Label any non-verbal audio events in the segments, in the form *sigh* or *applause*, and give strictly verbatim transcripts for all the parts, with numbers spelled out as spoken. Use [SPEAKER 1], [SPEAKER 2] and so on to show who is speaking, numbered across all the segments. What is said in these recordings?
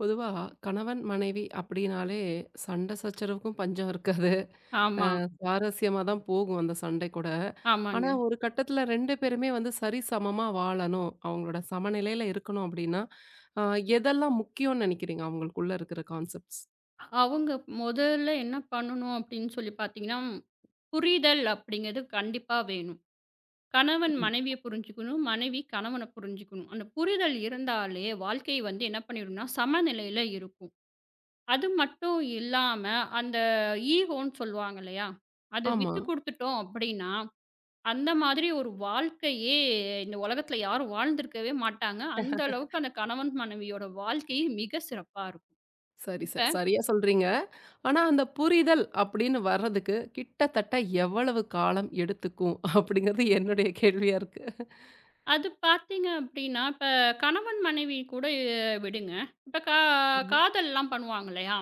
[SPEAKER 1] பொதுவா கணவன், மனைவி அப்படின்னாலே சண்டை சச்சரவுக்கும் பஞ்சம் இருக்காது.
[SPEAKER 2] ஆமா.
[SPEAKER 1] சுவாரஸ்யமா தான் போகும் அந்த சண்டை கூட.
[SPEAKER 2] ஆமாங்க.
[SPEAKER 1] ஆனா, ஒரு கட்டத்தில ரெண்டு பேருமே வந்து சரிசமமா வாழணும். அவங்களோட சமநிலையில இருக்கணும் அப்படின்னா, அ எதெல்லாம் முக்கியம்னு நினைக்கிறீங்க? அவங்களுக்குள்ள இருக்கிற கான்செப்ட்ஸ்.
[SPEAKER 2] அவங்க முதல்ல என்ன பண்ணணும் அப்படின்னு சொல்லி பார்த்தீங்கன்னா, புரிதல் அப்படிங்கிறது கண்டிப்பா வேணும். கணவன் மனைவிய புரிஞ்சுக்கணும். மனைவி கணவன புரிஞ்சுக்கணும். அந்த புரிதல் இருந்தாலே வாழ்க்கை வந்து என்ன பண்ணிடும்னா, சமநிலையில இருக்கும். அது மட்டும் இல்லாம அந்த ஈகோன்னு சொல்லுவாங்க இல்லையா? அது
[SPEAKER 1] ஆமா.
[SPEAKER 2] விட்டு குடுத்துட்டோம் அப்படின்னா, அந்த மாதிரி ஒரு வாழ்க்கையே இந்த உலகத்துல யாரும் வாழ்ந்திருக்கவே மாட்டாங்க. அந்த அளவுக்கு அந்த கணவன் மனைவியோட வாழ்க்கை மிக சிறப்பா இருக்கும்.
[SPEAKER 1] சரி ச
[SPEAKER 2] இப்ப
[SPEAKER 1] சரியா சொல்றீங்க. ஆனா, அந்த புரிதல் அப்படின்னு வர்றதுக்கு கிட்டத்தட்ட எவ்வளவு காலம் எடுத்துக்கும்? அப்படிங்கிறது என்னுடைய கேள்வியா இருக்கு.
[SPEAKER 2] அது பார்த்தீங்க அப்டின்னா, இப்ப கணவன், மனைவி கூட அஹ், விடுங்க. இப்ப கா
[SPEAKER 1] ம்.
[SPEAKER 2] காதல்லாம் பண்ணுவாங்க இல்லையா?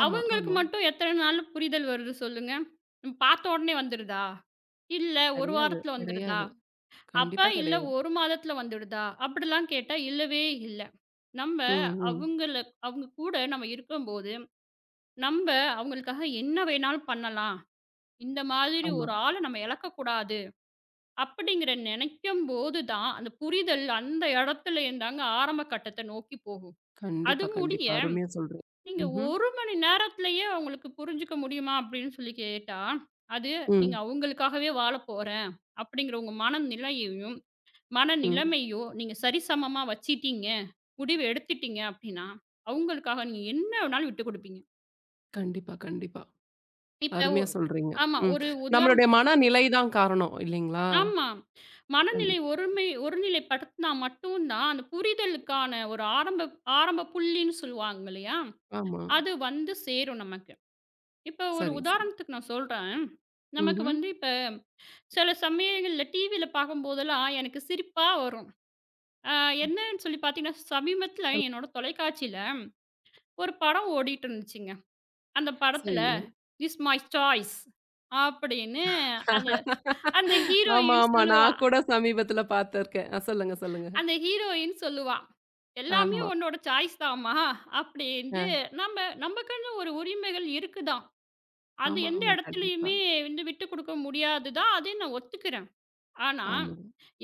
[SPEAKER 1] ஆமா,
[SPEAKER 2] அவங்களுக்கு
[SPEAKER 1] ஆமா.
[SPEAKER 2] மட்டும் எத்தன நாள்ல புரிதல் வருது சொல்லுங்க? நம்ம பார்த்த உடனே வந்துருதா? இல்ல ஒரு
[SPEAKER 1] கிடையாது,
[SPEAKER 2] வாரத்துல வந்துருதா?
[SPEAKER 1] கிடையாது.
[SPEAKER 2] அப்ப
[SPEAKER 1] கண்டிப்பா
[SPEAKER 2] இல்ல
[SPEAKER 1] கிடையாது.
[SPEAKER 2] ஒரு மாதத்துல வந்துடுதா? அப்படிலாம் கேட்டா இல்லவே இல்ல. நம்ம
[SPEAKER 1] ம், ம்.
[SPEAKER 2] அவங்கள அவங்க கூட நம்ம இருக்கும்போது, நம்ம அவங்களுக்காக என்ன வேணாலும் பண்ணலாம். இந்த மாதிரி
[SPEAKER 1] ஆமா.
[SPEAKER 2] ஒரு ஆள நம்ம இழக்கக்கூடாது. அப்படிங்கிற நினைக்கும்போது தான், அந்த புரிதல் அந்த இடத்துலேருந்தாங்க ஆரம்ப கட்டத்த நோக்கி போகும். அது
[SPEAKER 1] கண்டிப்பா,
[SPEAKER 2] முடிய,
[SPEAKER 1] கண்டிப்பா. அருமையா சொல்றீங்க.
[SPEAKER 2] நீங்க
[SPEAKER 1] ம்ஹ்ம்.
[SPEAKER 2] ஒரு மணி நேரத்திலேயே அவங்களுக்கு புரிஞ்சுக்க முடியுமா? அப்படின்னு சொல்லி கேட்டா, அது நீங்க
[SPEAKER 1] ம்,
[SPEAKER 2] அவங்களுக்காகவே வாழப் போறேன் அப்படிங்கிற உங்க மனநிலையையும்,
[SPEAKER 1] ம்.
[SPEAKER 2] மனநிலைமையும் நீங்க சரிசமமா வச்சுட்டீங்க, முடிவு எடுத்துட்டீங்க அப்படின்னா, அவங்களுக்காக நீங்க என்ன வேணாலும் விட்டுக் குடுப்பீங்க.
[SPEAKER 1] கண்டிப்பா, கண்டிப்பா.
[SPEAKER 2] இப்ப
[SPEAKER 1] அருமையா
[SPEAKER 2] ஒ-
[SPEAKER 1] சொல்றீங்க.
[SPEAKER 2] ஆமா.
[SPEAKER 1] ம்.
[SPEAKER 2] ஒரு உதாரணம்.
[SPEAKER 1] நம்மளுடைய மனநிலை தான் காரணம் இல்லைங்களா?
[SPEAKER 2] ஆமா. மனநிலை
[SPEAKER 1] கண்டிப்பா.
[SPEAKER 2] ஒருமை ஒருநிலைப்படுத்தினா மட்டும் தான், அந்த புரிதலுக்கான ஒரு ஆரம்ப ஆரம்ப புள்ளின்னு சொல்லுவாங்க இல்லையா?
[SPEAKER 1] ஆமா.
[SPEAKER 2] அது வந்து சேரும் நமக்கு. இப்ப ஒரு
[SPEAKER 1] சரி, சரி.
[SPEAKER 2] உதாரணத்துக்கு நான் சொல்றேன். நமக்கு
[SPEAKER 1] ம்ஹ்ம்.
[SPEAKER 2] வந்து இப்ப சில சமயங்கள்ல டிவியில பார்க்கும்போதெல்லாம் எனக்கு சிரிப்பா வரும். அ என்னன்னு சொல்லி பார்த்தீங்கன்னா, சமீபத்தில
[SPEAKER 1] சொல்
[SPEAKER 2] என்னோட தொலைக்காட்சியில ஒரு படம் ஓடிட்டு இருந்துச்சுங்க. அந்த படத்தில
[SPEAKER 1] சரிங்க.
[SPEAKER 2] "திஸ் மை சாய்ஸ்" அப்படின்னு அந்த அந்த
[SPEAKER 1] ஆமா,
[SPEAKER 2] ஹீரோயின்
[SPEAKER 1] ஆமா.
[SPEAKER 2] சொல்லுவா.
[SPEAKER 1] நான் கூட சமீபத்தில பார்த்துருக்கேன். அ சொல்லுங்க, சொல்லுங்க.
[SPEAKER 2] அந்த ஹீரோயின் சொல்லுவா. "எல்லாமே
[SPEAKER 1] ஆமா.
[SPEAKER 2] உன்னோட சாய்ஸ் தாம்மா" அப்படின்ட்டு
[SPEAKER 1] அ.
[SPEAKER 2] நம்ம நமக்குன்னு ஒரு உரிமைகள் இருக்கு தான். அது
[SPEAKER 1] ஆமா,
[SPEAKER 2] எந்த
[SPEAKER 1] ஆமா. கண்டிப்பா.
[SPEAKER 2] இடத்துலயுமே வந்து விட்டு குடுக்க முடியாது தான். அதையும் நான் ஒத்துக்கிறேன். ஆனா,
[SPEAKER 1] ஆமா.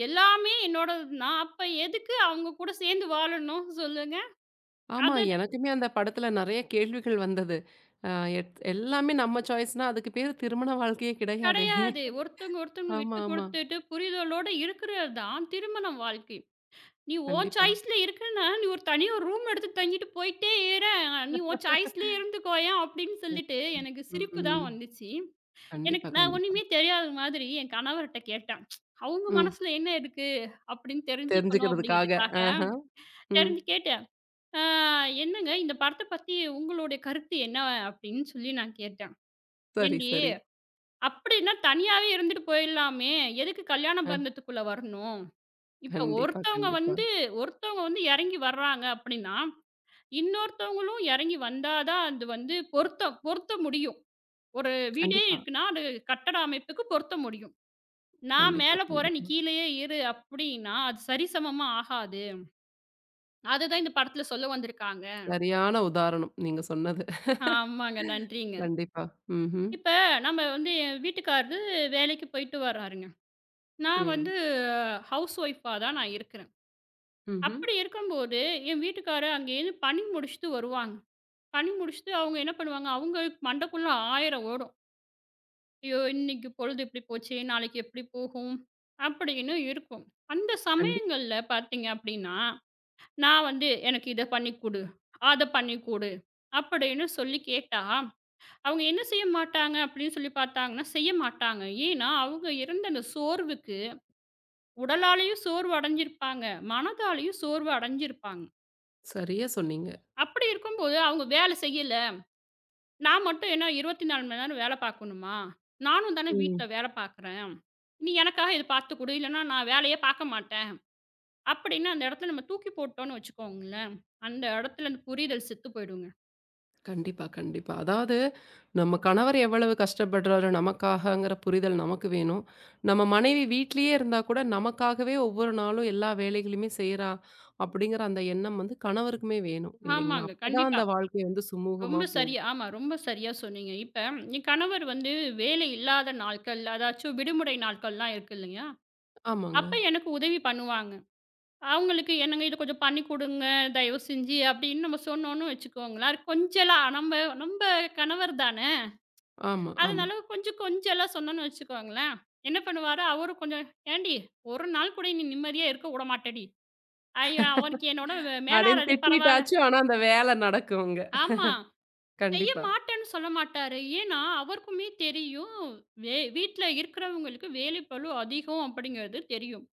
[SPEAKER 2] எல்லாமே என்னோடது தான். அப்ப எதுக்கு அவங்க கூட சேர்ந்து வாழணும் சொல்லுங்க?
[SPEAKER 1] ஆமா.
[SPEAKER 2] அது
[SPEAKER 1] எனக்குமே அந்த படத்தில நெறைய கேள்விகள் வந்தது. அ எத் எல்லாமே நம்ம சாய்ஸ்னா அதுக்கு பேரு திருமண வாழ்க்கையே கிடையாதே!
[SPEAKER 2] கிடையாது. ஒருத்தவங்க ஒருத்தவங்க
[SPEAKER 1] ஆமா,
[SPEAKER 2] விட்டு
[SPEAKER 1] ஆமா.
[SPEAKER 2] குடுத்துட்டு புரிதலோட இருக்கிறது தான் திருமண வாழ்க்கை. நீ உன்
[SPEAKER 1] கண்டிப்பா.
[SPEAKER 2] சாய்ஸ்ல இருக்கன்னா, நீ ஒரு தனி ஒரு ரூம் எடுத்து தங்கிட்டு போயிட்டே இரேன். நீ உன் சாய்ஸ்லயே இருந்துக்கோயேன் அப்படின்னு சொல்லிட்டு, எனக்கு
[SPEAKER 1] ம்,
[SPEAKER 2] சிரிப்பு தான்
[SPEAKER 1] ம்.
[SPEAKER 2] வந்துச்சு.
[SPEAKER 1] கண்டிப்பா,
[SPEAKER 2] எனக்கு நான்
[SPEAKER 1] கண்டிப்பா.
[SPEAKER 2] ஒண்ணுமே தெரியாத மாதிரி என் கணவர்ட்ட கேட்டேன். அவங்க
[SPEAKER 1] ம்.
[SPEAKER 2] மனசுல என்ன இருக்கு அப்படின்னு தெரிஞ்சுக்கணும்
[SPEAKER 1] தெரிஞ்சுக்கிறதுக்காக.
[SPEAKER 2] அப்படிங்கிறதுக்காக,
[SPEAKER 1] ஆஹா. ம்.
[SPEAKER 2] தெரிஞ்சு கேட்டேன். "ஆ என்னங்க இந்த படத்த பத்தி உங்களுடைய கருத்து என்ன?" அப்படின்னு சொல்லி நான் கேட்டேன்.
[SPEAKER 1] சரி,
[SPEAKER 2] "ஏன்டி
[SPEAKER 1] சரி.
[SPEAKER 2] அப்படின்னா தனியாவே இருந்துட்டு போயிடலாமே! எதுக்கு கல்யாண
[SPEAKER 1] அ.
[SPEAKER 2] பந்தத்துக்குள்ள வரணும்?" இப்ப
[SPEAKER 1] கண்டிப்பா,
[SPEAKER 2] ஒருத்தவங்க
[SPEAKER 1] கண்டிப்பா.
[SPEAKER 2] வந்து ஒருத்தவங்க வந்து இறங்கி வர்றாங்க அப்படின்னா, இன்னொருத்தவங்களும் இறங்கி வந்தா தான் அது வந்து பொருத்த பொருத்த முடியும். ஒரு வீடே
[SPEAKER 1] கண்டிப்பா,
[SPEAKER 2] இருக்குன்னா, அது கட்டட அமைப்புக்கு பொருத்த முடியும். "நான்
[SPEAKER 1] கண்டிப்பா,
[SPEAKER 2] மேல போறேன், நீ
[SPEAKER 1] கண்டிப்பா.
[SPEAKER 2] கீழயே இரு" அப்படின்னா, அது சரிசமமா ஆகாது. அதுதான் இந்த படத்துல சொல்ல வந்திருக்காங்க.
[SPEAKER 1] சரியான உதாரணம் நீங்க சொன்னது.
[SPEAKER 2] ஆமாங்க. நன்றிங்க.
[SPEAKER 1] கண்டிப்பா. ம்ஹ்ம்.
[SPEAKER 2] இப்ப நம்ம வந்து என் வீட்டுக்காரரு வேலைக்கு போயிட்டு வர்றாருங்க. நான்
[SPEAKER 1] ம்.
[SPEAKER 2] வந்து ஹவுஸ் ஒய்ஃபா தான் நான் இருக்கிறேன்.
[SPEAKER 1] ம்ஹ்ம்.
[SPEAKER 2] அப்படி இருக்கும்போது, என் வீட்டுக்காரரு அங்கேருந்து பணி முடிச்சுட்டு வருவாங்க. பண்ணி முடிச்சுட்டு அவங்க என்ன பண்ணுவாங்க, அவங்க மண்டைக்குள்ள ஆயிரம் ஓடும். ஐயோ! இன்னைக்கு பொழுது இப்படி போச்சே! நாளைக்கு எப்படி போகும்? அப்படின்னு இருக்கும். அந்த
[SPEAKER 1] கண்டிப்
[SPEAKER 2] சமயங்கள்ல பார்த்தீங்க அப்படின்னா, நான் வந்து எனக்கு இத பண்ணி குடு, அத பண்ணி குடு அப்படின்னு சொல்லி கேட்டா, அவங்க என்ன செய்ய மாட்டாங்க அப்படின்னு சொல்லி பார்த்தாங்கன்னா, செய்ய மாட்டாங்க. ஏன்னா, அவங்க இருந்த அந்த சோர்வுக்கு உடலாலயும் சோர்வு அடைஞ்சிருப்பாங்க, மனதாலயும் சோர்வு அடைஞ்சிருப்பாங்க.
[SPEAKER 1] சரியா சொன்னீங்க.
[SPEAKER 2] அப்படி இருக்கும்போது அவங்க வேலை செய்யல. நான் மட்டும் என்ன இருபத்தி நாலு மணி நேரம் வேலை பார்க்கணுமா? நானும் தானே
[SPEAKER 1] ம்.
[SPEAKER 2] வீட்ல வேலை பார்க்குறேன். நீ எனக்காக இத பார்த்து குடு. இல்லன்னா நான் வேலையே பார்க்க மாட்டேன். அப்படின்னு அந்த இடத்துல நம்ம தூக்கி போட்டோம்னு வச்சுக்கோங்களேன், அந்த இடத்துல அந்த புரிதல் செத்து போயிடுங்க.
[SPEAKER 1] கண்டிப்பா, கண்டிப்பா. அதாவது நம்ம கணவர் எவ்வளவு கஷ்டப்படுறாரு நமக்காகங்கிற புரிதல் நமக்கு வேணும். நம்ம மனைவி வீட்லயே இருந்தா கூட நமக்காகவே ஒவ்வொரு நாளும் எல்லா வேலைகளையுமே செய்றா, அப்படிங்கிற அந்த எண்ணம் வந்து கணவருக்குமே வேணும் இல்லைங்களா?
[SPEAKER 2] ஆமாங்க.
[SPEAKER 1] அப்பதான்
[SPEAKER 2] கண்டிப்பா.
[SPEAKER 1] அந்த வாழ்க்கை வந்து சுமூகமா
[SPEAKER 2] ரொம்ப
[SPEAKER 1] போகும்.
[SPEAKER 2] சரியா ஆமா. ரொம்ப சரியா சொன்னீங்க. இப்ப என் கணவர் வந்து வேலை இல்லாத நாட்கள், அதாச்சும் விடுமுறை நாட்கள்லாம் இருக்கு இல்லையா?
[SPEAKER 1] ஆமாங்க.
[SPEAKER 2] அப்ப எனக்கு உதவி பண்ணுவாங்க. அவங்களுக்கு "என்னங்க இது கொஞ்சம் பண்ணி குடுங்க, தயவு செஞ்சு" அப்படின்னு நம்ம சொன்னோம்னு வச்சுக்கோங்களேன், அது கொஞ்சலா நம்ம நம்ம கணவர் தான.
[SPEAKER 1] ஆமா, ஆமா.
[SPEAKER 2] அதனால கொஞ்சம் கொஞ்சலா சொன்னோன்னு வச்சுக்கோங்களேன். என்ன பண்ணுவாரு, அவரும் கொஞ்சம் "ஏன்டி! ஒரு நாள் கூட நீ நிம்மதியா இருக்க விடமாட்டடி." ஐயோ! அவருக்கு என்னோட வே
[SPEAKER 1] அப்படின்னு
[SPEAKER 2] மேலாளரு பரவால்ல.
[SPEAKER 1] திட்டிட்டாச்சும் ஆனா அந்த வேலை நடக்குங்க.
[SPEAKER 2] ஆமா. செய்ய
[SPEAKER 1] கண்டிப்பா,
[SPEAKER 2] மாட்டேன்னு சொல்ல மாட்டாரு. ஏன்னா, அவருக்குமே தெரியும். வே வீட்ல இருக்கிறவங்களுக்கு வேலைப்பளு அதிகம் அப்படிங்கிறது தெரியும்.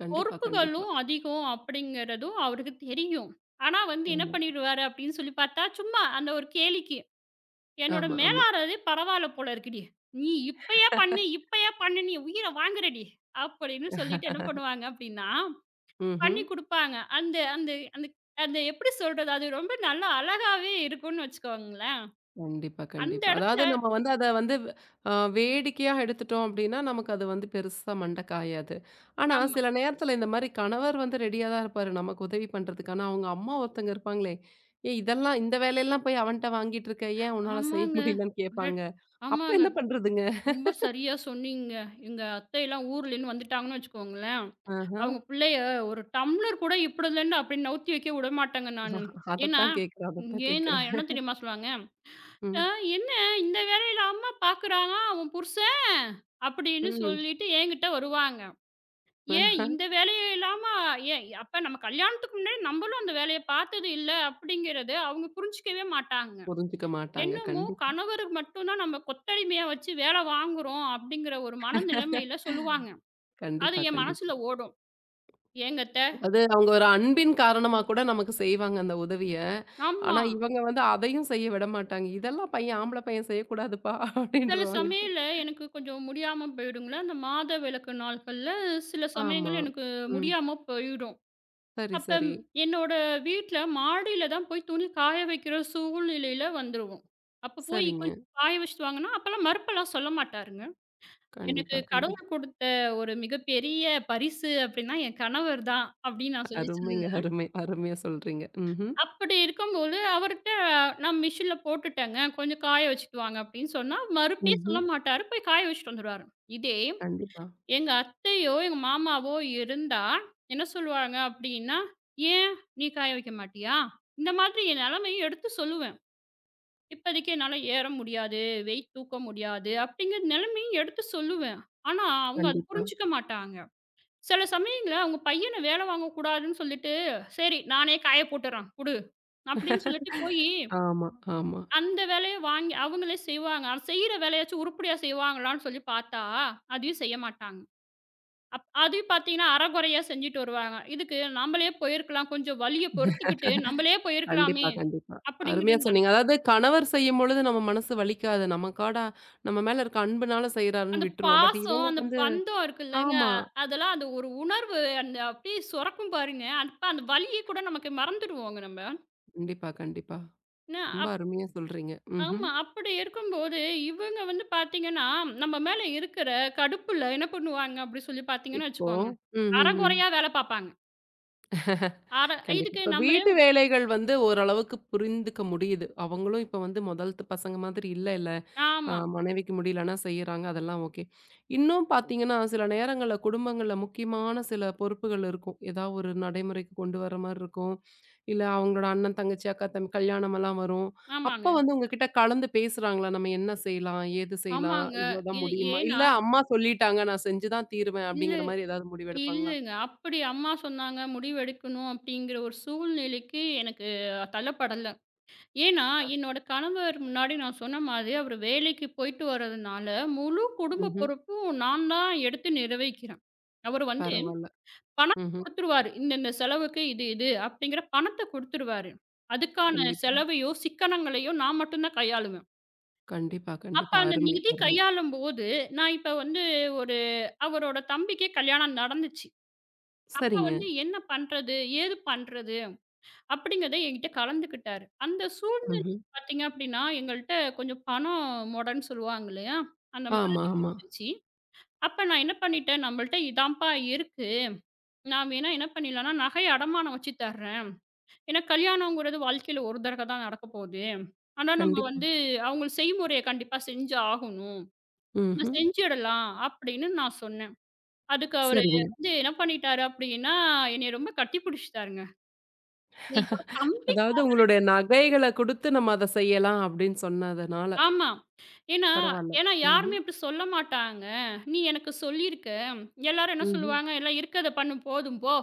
[SPEAKER 1] கண்டிப்பா, கண்டிப்பா.
[SPEAKER 2] பொறுப்புகளும் அதிகம் அப்படிங்கிறதும் அவருக்கு தெரியும். ஆனா வந்து என்ன
[SPEAKER 1] ஆமா,
[SPEAKER 2] பண்ணிடுவாரு அப்படின்னு சொல்லி பார்த்தா, சும்மா அந்த ஒரு கேலிக்கு என்னோட
[SPEAKER 1] ஆமா, ஆமா.
[SPEAKER 2] மேலாளரே பரவாயில்ல போல இருக்குடி. நீ இப்பயே பண்ணு, இப்பயே பண்ணு நீ உயிர வாங்குறடி. அப்படின்னு சொல்லிட்டு என்ன பண்ணுவாங்க அப்படின்னா,
[SPEAKER 1] ம்ஹ்ம்.
[SPEAKER 2] பண்ணி குடுப்பாங்க. அந்த அந்த அந்த அந்த எப்படி சொல்றது? அது ரொம்ப நல்லா அழகாவே இருக்கும்னு வச்சுக்கோங்களேன்.
[SPEAKER 1] கண்டிப்பா,
[SPEAKER 2] அந்த
[SPEAKER 1] கண்டிப்பா.
[SPEAKER 2] இடத்துல
[SPEAKER 1] அதாவது நம்ம வந்து அத வந்து அ வேடிக்கையா எடுத்துட்டோம் அப்டின்னா, நமக்கு அது வந்து பெருசா மண்ட காயாது. ஆனா,
[SPEAKER 2] ஆமா.
[SPEAKER 1] சில நேரத்துல இந்த மாரி கணவர் வந்து ரெடியா தான் இருப்பாரு, நமக்கு உதவி பண்றதுக்கு. ஆனா, அவங்க அம்மா ஒருத்தங்க இருப்பாங்களே, "ஏய் இதெல்லாம் இந்த வேலையெல்லாம் போய் அவன்ட்ட வாங்கிட்டு இருக்க, ஏன் உன்னால செய்ய
[SPEAKER 2] ஆமாங்க.
[SPEAKER 1] முடியலன்னு?" கேட்பாங்க.
[SPEAKER 2] கரெக்ட்.
[SPEAKER 1] அப்ப
[SPEAKER 2] ஆமாங்க.
[SPEAKER 1] என்ன பண்றதுங்க?
[SPEAKER 2] ரொம்ப சரியா சொன்னீங்க. எங்க அத்தைலாம் ஊர்லேருந்து வந்துட்டாங்கன்னு வச்சுக்கோங்களேன்,
[SPEAKER 1] ஆஹா.
[SPEAKER 2] அவங்க பிள்ளைய ஒரு டம்ளர் கூட இப்படிலருந்து அப்படி நவுத்தி வைக்க விடமாட்டேங்க நானு. ஏன்னா
[SPEAKER 1] அதத்தான் கேட்கிறேன், அதத்தான்
[SPEAKER 2] ஏன்னா
[SPEAKER 1] கேட்கிறேன்.
[SPEAKER 2] என்ன தெரியுமா சொல்லுவாங்க? ஆ
[SPEAKER 1] ம்.
[SPEAKER 2] "என்ன இந்த வேலையில அம்மா பார்க்குறானா அவன் புருஷன்?" அப்படின்னு
[SPEAKER 1] ம்.
[SPEAKER 2] சொல்லிட்டு என்கிட்ட வருவாங்க. "ஏன்
[SPEAKER 1] அ
[SPEAKER 2] இந்த வேலைய இல்லாம ஏன் அப்ப நம்ம கல்யாணத்துக்கு முன்னாடி நம்மளும் அந்த வேலைய பார்த்தது இல்ல." அப்படிங்கிறது அவங்க புரிஞ்சுக்கவே மாட்டாங்க.
[SPEAKER 1] புரிஞ்சுக்க மாட்டாங்க.
[SPEAKER 2] என்னமோ
[SPEAKER 1] கண்டிப்பா.
[SPEAKER 2] கணவருக்கு மட்டும் தான் நம்ம கொத்தடிமையா வச்சு வேலை வாங்குறோம் அப்படிங்கிற ஒரு மனநிலைமையில சொல்லுவாங்க. அது
[SPEAKER 1] கண்டிப்பா,
[SPEAKER 2] என்
[SPEAKER 1] கண்டிப்பா.
[SPEAKER 2] மனசுல ஓடும். ஏங்க அத்த
[SPEAKER 1] அது அவங்க ஒரு அன்பின் காரணமா கூட நமக்கு செய்வாங்க அந்த உதவிய.
[SPEAKER 2] ஆமா.
[SPEAKER 1] ஆனா இவங்க வந்து அதையும் செய்ய விட மாட்டாங்க. இதெல்லாம் பையன் ஆம்பள பையன் செய்யக்கூடாதுப்பா *laughs*
[SPEAKER 2] சில
[SPEAKER 1] அப்படின்ருவாங்க.
[SPEAKER 2] சமயம்ல எனக்கு கொஞ்சம் முடியாம போயிடுங்களேன். அந்த மாத விலக்கு நாட்கள்ல சில
[SPEAKER 1] ஆமா.
[SPEAKER 2] சமயங்கள் எனக்கு
[SPEAKER 1] ம்.
[SPEAKER 2] முடியாம போயிடும்.
[SPEAKER 1] சரி,
[SPEAKER 2] அப்ப
[SPEAKER 1] சரி.
[SPEAKER 2] என்னோட வீட்ல மாடியில தான் போய் துணி காய வைக்கிற சூழ்நிலையில வந்துருவோம். அப்ப போய்
[SPEAKER 1] சரிங்க.
[SPEAKER 2] கொஞ்சம் காய வச்சுட்டு வாங்கன்னா, அப்பலாம் மறுப்பெல்லாம் சொல்ல மாட்டாருங்க. எனக்கு
[SPEAKER 1] கண்டிப்பா, கண்டிப்பா.
[SPEAKER 2] கடவுள் குடுத்த ஒரு மிகப்பெரிய பரிசு அப்படின்னா, என் கணவர் தான் அப்படின்னு நான் சொல்லி
[SPEAKER 1] அருமைங்க.
[SPEAKER 2] சொல்லுவேன்.
[SPEAKER 1] அருமை. அருமையா சொல்றீங்க. ம்ஹ்ம்.
[SPEAKER 2] அப்படி இருக்கும்போது அவர்ட்ட நான் மிஷின்ல போட்டுட்டேங்க, கொஞ்சம் காய வச்சுட்டு வாங்க அப்படின்னு சொன்னா, மறுபடியும்
[SPEAKER 1] ம்ஹ்ம்.
[SPEAKER 2] சொல்ல மாட்டாரு. போய் காய வச்சுட்டு வந்துருவாரு. இதே
[SPEAKER 1] கண்டிப்பா,
[SPEAKER 2] எங்க அத்தையோ, எங்க மாமாவோ இருந்தா, என்ன சொல்லுவாங்க அப்படின்னா, "ஏன் நீ காய வைக்க மாட்டியா?" இந்த மாதிரி என் நிலைமையும் எடுத்து சொல்லுவேன். "இப்போதைக்கு என்னால ஏற முடியாது, வெயிட் தூக்க முடியாது" அப்படிங்கிற நிலைமையும் எடுத்து சொல்லுவேன். ஆனா, அவங்க அத
[SPEAKER 1] கண்டிப்பா.
[SPEAKER 2] புரிஞ்சுக்க மாட்டாங்க. சில சமயங்கள்ல அவங்க பையன வேலை வாங்கக்கூடாதுன்னு சொல்லிட்டு, "சரி நானே காய போட்டுறேன் குடு" அப்படின்னு சொல்லிட்டு போயி,
[SPEAKER 1] ஆமா, ஆமா.
[SPEAKER 2] அந்த வேலைய வாங்கி அவங்களே செய்வாங்க. செய்யிற வேலையாச்சும் உருப்படியா செய்வாங்களான்னு சொல்லி பார்த்தா, அதையும் செய்ய மாட்டாங்க. அப் அதையும் பார்த்தீங்கன்னா, அரைகுறையா செஞ்சுட்டு வருவாங்க. இதுக்கு நம்மளே போயிருக்கலாம். கொஞ்சம் வலிய பொறுத்துக்கிட்டு நம்மளே
[SPEAKER 1] கண்டிப்பா,
[SPEAKER 2] போயிருக்கலாமே!
[SPEAKER 1] கண்டிப்பா.
[SPEAKER 2] அப்படிங்கிற
[SPEAKER 1] அருமையா
[SPEAKER 2] நான்
[SPEAKER 1] சொன்னீங்க. அதாவது கணவர் செய்யும்பொழுது நம்ம மனசு வலிக்காது. நமக்காடா நம்ம மேல இருக்க அன்புனால செய்றாருன்னு
[SPEAKER 2] அந்த
[SPEAKER 1] விட்டுருவோம். பட்
[SPEAKER 2] பாசம்,
[SPEAKER 1] இவங்க
[SPEAKER 2] அந்த
[SPEAKER 1] வந்து
[SPEAKER 2] பந்தம் இருக்குல்லங்க.
[SPEAKER 1] ஆமா.
[SPEAKER 2] அதெல்லாம் அந்த ஒரு உணர்வு அந்த அப்படியே சுரக்கும் பாருங்க. அப்ப அந்த வலிய கூட நமக்கு மறந்துருவோங்க நம்ம.
[SPEAKER 1] கண்டிப்பா, கண்டிப்பா.
[SPEAKER 2] என்ன
[SPEAKER 1] ரொம்ப
[SPEAKER 2] அப்
[SPEAKER 1] அருமையா சொல்றீங்க. ம்ஹ்ம்.
[SPEAKER 2] ஆமா. அப்படி இருக்கும்போது, இவங்க வந்து பார்த்தீங்கன்னா, நம்ம மேல இருக்கிற கடுப்புல என்ன பண்ணுவாங்க அப்படி சொல்லி பார்த்தீங்கன்னு
[SPEAKER 1] இப்போ
[SPEAKER 2] வச்சுக்கோங்க,
[SPEAKER 1] ம், ம், ம்.
[SPEAKER 2] அரைகுறையா வேலை பார்ப்பாங்க. அர
[SPEAKER 1] கண்டிப்பா.
[SPEAKER 2] இதுக்கு
[SPEAKER 1] இப்ப
[SPEAKER 2] நம்மளே
[SPEAKER 1] வீட்டு வேலைகள் வந்து ஓரளவுக்கு புரிந்துக்க முடியுது. அவங்களும் இப்ப வந்து முதல்த்து பசங்க மாதிரி இல்ல இல்ல. அ
[SPEAKER 2] ஆமா.
[SPEAKER 1] மனைவிக்கு முடியலன்னா செய்றாங்க. அதெல்லாம் ஓகே. இன்னும் பார்த்தீங்கன்னா, சில நேரங்கள்ல குடும்பங்கள்ல முக்கியமான சில பொறுப்புகள் இருக்கும். ஏதாவது ஒரு நடைமுறைக்கு கொண்டு வர மாரி இருக்கும். இல்ல அவங்களோட அண்ணன், தங்கச்சி, அக்கா, தம்பி கல்யாணமெல்லாம் வரும்.
[SPEAKER 2] ஆமாங்க.
[SPEAKER 1] அப்ப வந்து உங்ககிட்ட கலந்து பேசுறாங்களா? நம்ம என்ன செய்யலாம்? ஏது செய்யலாம்?
[SPEAKER 2] ஆமாங்க.
[SPEAKER 1] இவ்வளோதான்
[SPEAKER 2] இது
[SPEAKER 1] முடியுமா? இல்ல
[SPEAKER 2] ஏன்னா
[SPEAKER 1] அம்மா சொல்லிட்டாங்க. நான் செஞ்சு தான் தீருவேன்.
[SPEAKER 2] இல்ல
[SPEAKER 1] அப்படிங்கிற மாரி ஏதாவது முடிவெடுப்பாங்களா?
[SPEAKER 2] இல்லங்க. அப்படி அம்மா சொன்னாங்க, முடிவெடுக்கணும் அப்படிங்கிற ஒரு சூழ்நிலைக்கு எனக்கு தள்ளப்படல. ஏன்னா, என்னோட கணவர் முன்னாடி நான் சொன்ன மாதிரி, அவரு வேலைக்கு போயிட்டு வர்றதுனால, முழு குடும்ப
[SPEAKER 1] ம்ஹ்ம்.
[SPEAKER 2] பொறுப்பும் நான் தான் எடுத்து நிறைவேக்கிறேன். அவரு வந்து
[SPEAKER 1] பரவால்ல.
[SPEAKER 2] பணம்
[SPEAKER 1] ம்ஹ்ம்.
[SPEAKER 2] குடுத்துருவாரு. இந்த இந்த செலவுக்கு இது இது அப்படிங்கிற பணத்த குடுத்துருவாரு. அதுக்கான
[SPEAKER 1] கண்டிப்பா.
[SPEAKER 2] செலவையோ, சிக்கனங்களையோ நான் மட்டும் தான் கையாளுவேன்.
[SPEAKER 1] கண்டிப்பா,
[SPEAKER 2] அப்ப
[SPEAKER 1] கண்டிப்பா.
[SPEAKER 2] அந்த
[SPEAKER 1] அருமை,
[SPEAKER 2] நிதி
[SPEAKER 1] அருமை.
[SPEAKER 2] கையாளும்போது, நான் இப்ப வந்து ஒரு அவரோட தம்பிக்கே கல்யாணம் நடந்துச்சு. அப்பா
[SPEAKER 1] சரிங்க.
[SPEAKER 2] வந்து என்ன பண்றது? ஏது பண்றது? அப்படிங்கிறத என்கிட்ட கலந்துக்கிட்டாரு. அந்த சூழ்நிலை
[SPEAKER 1] ம்ஹ்ம்.
[SPEAKER 2] பார்த்தீங்க அப்படின்னா, எங்கள்ட்ட கொஞ்சம் பணம் மொடன்னு சொல்லுவாங்க இல்லையா? அந்த
[SPEAKER 1] ஆமா,
[SPEAKER 2] மாதிரி
[SPEAKER 1] ஆமா.
[SPEAKER 2] இருந்துச்சு. அப்ப நான் என்ன பண்ணிட்டேன், நம்மள்ட்ட இதான்ப்பா இருக்கு. நான் வேணா என்ன பண்ணிடலாம்னா, நகை அடமானம் வச்சு தர்றேன். ஏன்னா கல்யாணங்கிறது வாழ்க்கையில ஒரு தடவை தான் நடக்க போகுது. ஆனா நம்ம
[SPEAKER 1] கண்டிப்பா.
[SPEAKER 2] வந்து அவங்க செய்முறைய கண்டிப்பா செஞ்சு ஆகணும். நம்ம
[SPEAKER 1] ம்ஹ்ம்.
[SPEAKER 2] செஞ்சிடலாம் அப்படின்னு நான் சொன்னேன். அதுக்கு அவரு
[SPEAKER 1] சரிங்க.
[SPEAKER 2] வந்து என்ன பண்ணிட்டாரு அப்படின்னா, என்னைய ரொம்ப கட்டி பிடிச்சுட்டாருங்க.
[SPEAKER 1] அதாவது உங்களுடைய நகைகள குடுத்து நம்ம அத செய்யலாம் அப்படின்னு சொன்னதுனால,
[SPEAKER 2] ஆமா. ஏன்னா
[SPEAKER 1] பரவால்ல.
[SPEAKER 2] ஏன்னா
[SPEAKER 1] ம்ஹ்ம்,
[SPEAKER 2] யாருமே அப்படி சொல்ல மாட்டாங்க. "நீ எனக்கு சொல்லியிருக்க." எல்லாரும் என்ன
[SPEAKER 1] ம்ஹ்ம்.
[SPEAKER 2] சொல்லுவாங்க, "எல்லாம் இருக்கத பண்ணு போதும் போ."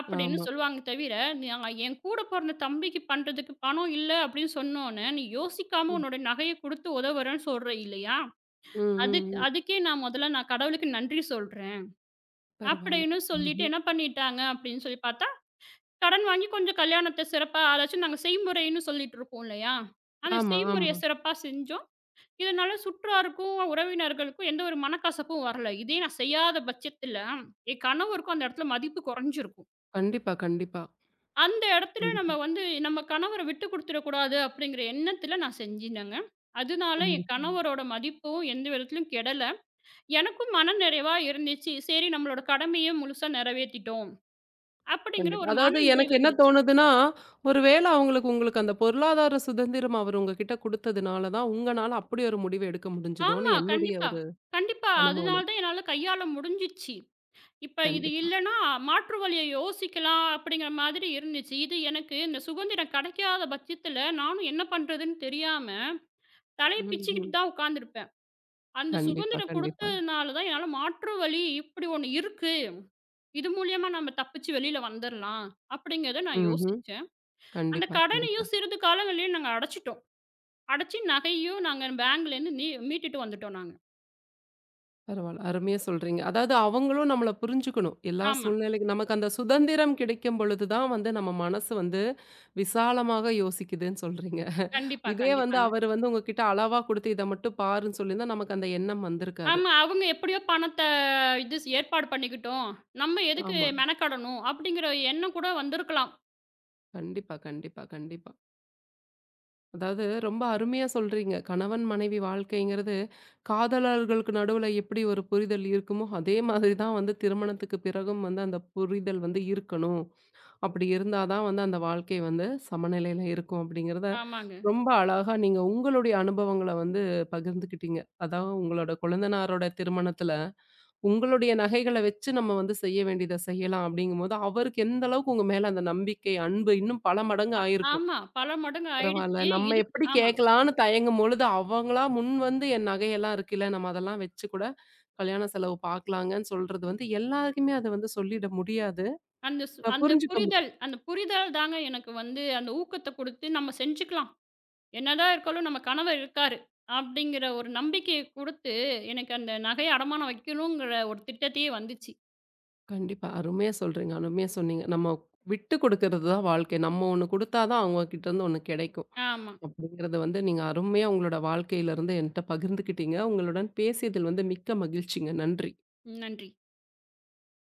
[SPEAKER 2] அப்படின்னு
[SPEAKER 1] ஆமா.
[SPEAKER 2] சொல்லுவாங்க தவிர, "நான் என் கூட பொறந்த தம்பிக்கு பண்றதுக்கு பணம் இல்ல." அப்படின்னு சொன்னோனே, "நீ யோசிக்காம
[SPEAKER 1] ம்.
[SPEAKER 2] உன்னோட நகைய குடுத்து உதவுறேன்னு" சொல்ற இல்லையா?
[SPEAKER 1] ம், ம்,
[SPEAKER 2] அதுக்
[SPEAKER 1] ம்.
[SPEAKER 2] அதுக்கே நான் முதல்ல நான் கடவுளுக்கு நன்றி சொல்றேன்.
[SPEAKER 1] பரவால்ல.
[SPEAKER 2] அப்படின்னு சொல்லிட்டு
[SPEAKER 1] ம்ஹ்ம்.
[SPEAKER 2] என்ன பண்ணிட்டாங்க அப்படின்னு சொல்லி பார்த்தா, கடன் வாங்கி கொஞ்சம் கல்யாணத்த சிறப்பா அதாச்சும் நாங்க செய்முறைன்னு சொல்லிட்டு இருக்கோம் இல்லையா? அந்த
[SPEAKER 1] ஆமா,
[SPEAKER 2] செய்முறைய
[SPEAKER 1] ஆமா.
[SPEAKER 2] சிறப்பா செஞ்சோம். இதனால சுற்றாருக்கும், உறவினர்களுக்கும் எந்த ஒரு மனக்கசப்பும் வரல. இதே நான் செய்யாத பட்சத்தில, என் கணவருக்கும் அந்த இடத்துல மதிப்பு குறைஞ்சிருக்கும்.
[SPEAKER 1] கண்டிப்பா, கண்டிப்பா.
[SPEAKER 2] அந்த இடத்துல
[SPEAKER 1] கண்டிப்பா,
[SPEAKER 2] நம்ம வந்து நம்ம கணவர விட்டு குடுத்துறக்கூடாது அப்படிங்கிற எண்ணத்தில நான் செஞ்சினேங்க. அதனால என்
[SPEAKER 1] கண்டிப்பா,
[SPEAKER 2] கணவரோட மதிப்பும் எந்த விதத்திலும் கெடல. எனக்கும் மனநிறைவா இருந்துச்சு. சரி நம்மளோட கடமைய முழுசா நிறைவேத்திட்டோம். அப்படிங்கிற
[SPEAKER 1] கண்டிப்பா.
[SPEAKER 2] ஒரு மன
[SPEAKER 1] அதாவது
[SPEAKER 2] நிறைவு
[SPEAKER 1] எனக்கு என்ன
[SPEAKER 2] இருந்துச்சு.
[SPEAKER 1] தோணுதுன்னா, ஒரு வேள அவங்களுக்கு உங்களுக்கு அந்த பொருளாதார சுதந்திரம் அவர் உங்ககிட்ட குடுத்ததுனால தான், உங்கனால அப்படி ஒரு முடிவு எடுக்க முடிஞ்சதோன்னு
[SPEAKER 2] ஆமா,
[SPEAKER 1] என்னுடைய
[SPEAKER 2] கண்டிப்பா.
[SPEAKER 1] ஒரு
[SPEAKER 2] கண்டிப்பா. அதனால
[SPEAKER 1] அனுமானம்.
[SPEAKER 2] தான் என்னால கையாள முடிஞ்சிச்சு. இப்ப இது
[SPEAKER 1] கண்டிப்பா.
[SPEAKER 2] இல்லன்னா, மாற்று வழிய யோசிக்கலாம் அப்படிங்கிற மாதிரி இருந்துச்சு. இது எனக்கு இந்த சுதந்திரம் கிடைக்காத பட்சத்தில, நானும் என்ன பண்றதுன்னு தெரியாம, தலைய
[SPEAKER 1] ம்ஹ்ஹ்ம்.
[SPEAKER 2] பிச்சுக்கிட்டு தான் உட்கார்ந்திருப்பேன். அந்த
[SPEAKER 1] கண்டிப்பா,
[SPEAKER 2] சுதந்திரம்
[SPEAKER 1] கண்டிப்பா.
[SPEAKER 2] குடுத்ததுனால தான் என்னால மாற்று வழி இப்படி ஒண்ணு இருக்கு. இது மூலியமா நம்ம தப்பிச்சு வெளியில வந்துரலாம். அப்படிங்கிறத நான்
[SPEAKER 1] ம்ஹ்ம்.
[SPEAKER 2] யோசிச்சேன். அந்த
[SPEAKER 1] கண்டிப்பா, கண்டிப்பா.
[SPEAKER 2] கடனையும் சிறிது காலங்கள்லயே நாங்க அடைச்சுட்டோம். அடைச்சு நகையும் நாங்க பேங்க்லேருந்து நீ மீட்டுட்டு வந்துட்டோம் நாங்க.
[SPEAKER 1] பரவால்ல. அருமையா சொல்றீங்க. அதாவது அவங்களும் நம்மள புரிஞ்சுக்கணும். எல்லா
[SPEAKER 2] ஆமா.
[SPEAKER 1] சூழ்நிலைக்கும் நமக்கு அந்த சுதந்திரம் கிடைக்கும் பொழுது தான் வந்து நம்ம மனசு வந்து விசாலமாக யோசிக்குதுன்னு சொல்றீங்க.
[SPEAKER 2] கண்டிப்பா,
[SPEAKER 1] இதே வந்து
[SPEAKER 2] கண்டிப்பாங்க.
[SPEAKER 1] அவரு வந்து உங்ககிட்ட அளவா குடுத்து இத மட்டும் பாருன்னு சொல்லியிருந்தா நமக்கு அந்த எண்ணம் வந்திருக்காது.
[SPEAKER 2] ஆமா. அவங்க எப்படியோ பணத்த இது ஸ் ஏற்பாடு பண்ணிக்கிட்டோம். நம்ம எதுக்கு
[SPEAKER 1] ஆமா.
[SPEAKER 2] மெனக்கெடணும்? அப்படிங்கிற எண்ணம் கூட வந்திருக்கலாம்.
[SPEAKER 1] கண்டிப்பா, கண்டிப்பா, கண்டிப்பா. அதாவது ரொம்ப அருமையா சொல்றீங்க. கணவன், மனைவி வாழ்க்கைங்கிறது காதலர்களுக்கு நடுவுல எப்படி ஒரு புரிதல் இருக்குமோ, அதே மாதிரி தான் வந்து திருமணத்துக்கு பிறகும் வந்து அந்த புரிதல் வந்து இருக்கணும். அப்படி இருந்தா தான் வந்து அந்த வாழ்க்கை வந்து சமநிலையில இருக்கும் அப்படிங்கிறத
[SPEAKER 2] ஆமாங்க.
[SPEAKER 1] ரொம்ப அழகா நீங்க உங்களுடைய அனுபவங்கள வந்து பகிர்ந்துக்கிட்டீங்க. அதாவது உங்களோட கொழுந்தனாரோட திருமணத்துல உங்களுடைய நகைகள வச்சு நம்ம வந்து செய்ய வேண்டியத செய்யலாம் அப்படிங்கும்போது, அவருக்கு எந்த அளவுக்கு உங்க மேல அந்த நம்பிக்கை, அன்பு இன்னும் பல மடங்கு
[SPEAKER 2] அ
[SPEAKER 1] ஆயிருக்கும்.
[SPEAKER 2] ஆமா. பல மடங்கு
[SPEAKER 1] பரவால்ல.
[SPEAKER 2] ஆயிடுச்சு.
[SPEAKER 1] நம்ம
[SPEAKER 2] இதுக்கு
[SPEAKER 1] எப்படி
[SPEAKER 2] ஆமா.
[SPEAKER 1] கேட்கலான்னு தயங்கும் பொழுது, அவங்களா முன் வந்து என் நகையெல்லாம் இருக்குல்ல, நம்ம அதெல்லாம் வச்சு கூட கல்யாண செலவு பார்க்கலாங்கன்னு சொல்றது வந்து எல்லாருக்குமே அத வந்து சொல்லிட முடியாது.
[SPEAKER 2] அந்த சு
[SPEAKER 1] அ
[SPEAKER 2] அந்த
[SPEAKER 1] புரிஞ்சுக்க மு
[SPEAKER 2] புரிதல் அந்த புரிதல் தாங்க எனக்கு வந்து அந்த ஊக்கத்த குடுத்து, நம்ம செஞ்சுக்கலாம். என்னதான் இருக்காலும் நம்ம கணவர் இருக்காரு. அப்படிங்கிற ஒரு நம்பிக்கைய குடுத்து, எனக்கு அந்த நகைய அடமானம் வைக்கணுங்கிற ஒரு திட்டத்தையே வந்துச்சு.
[SPEAKER 1] கண்டிப்பா. அருமையா சொல்றீங்க. அருமையா சொன்னீங்க. நம்ம விட்டு குடுக்கறது தான் வாழ்க்கை. நம்ம ஒண்ணு குடுத்தா தான் அவங்க கிட்ட இருந்து ஒண்ணு கிடைக்கும்.
[SPEAKER 2] ஆமா.
[SPEAKER 1] அப்படிங்கிறத வந்து நீங்க அருமையா உங்களோட வாழ்க்கையிலருந்து என்ட்ட பகிர்ந்துக்கிட்டீங்க. உங்களுடன் பேசியதில் வந்து மிக்க மகிழ்ச்சிங்க. நன்றி.
[SPEAKER 2] நன்றி.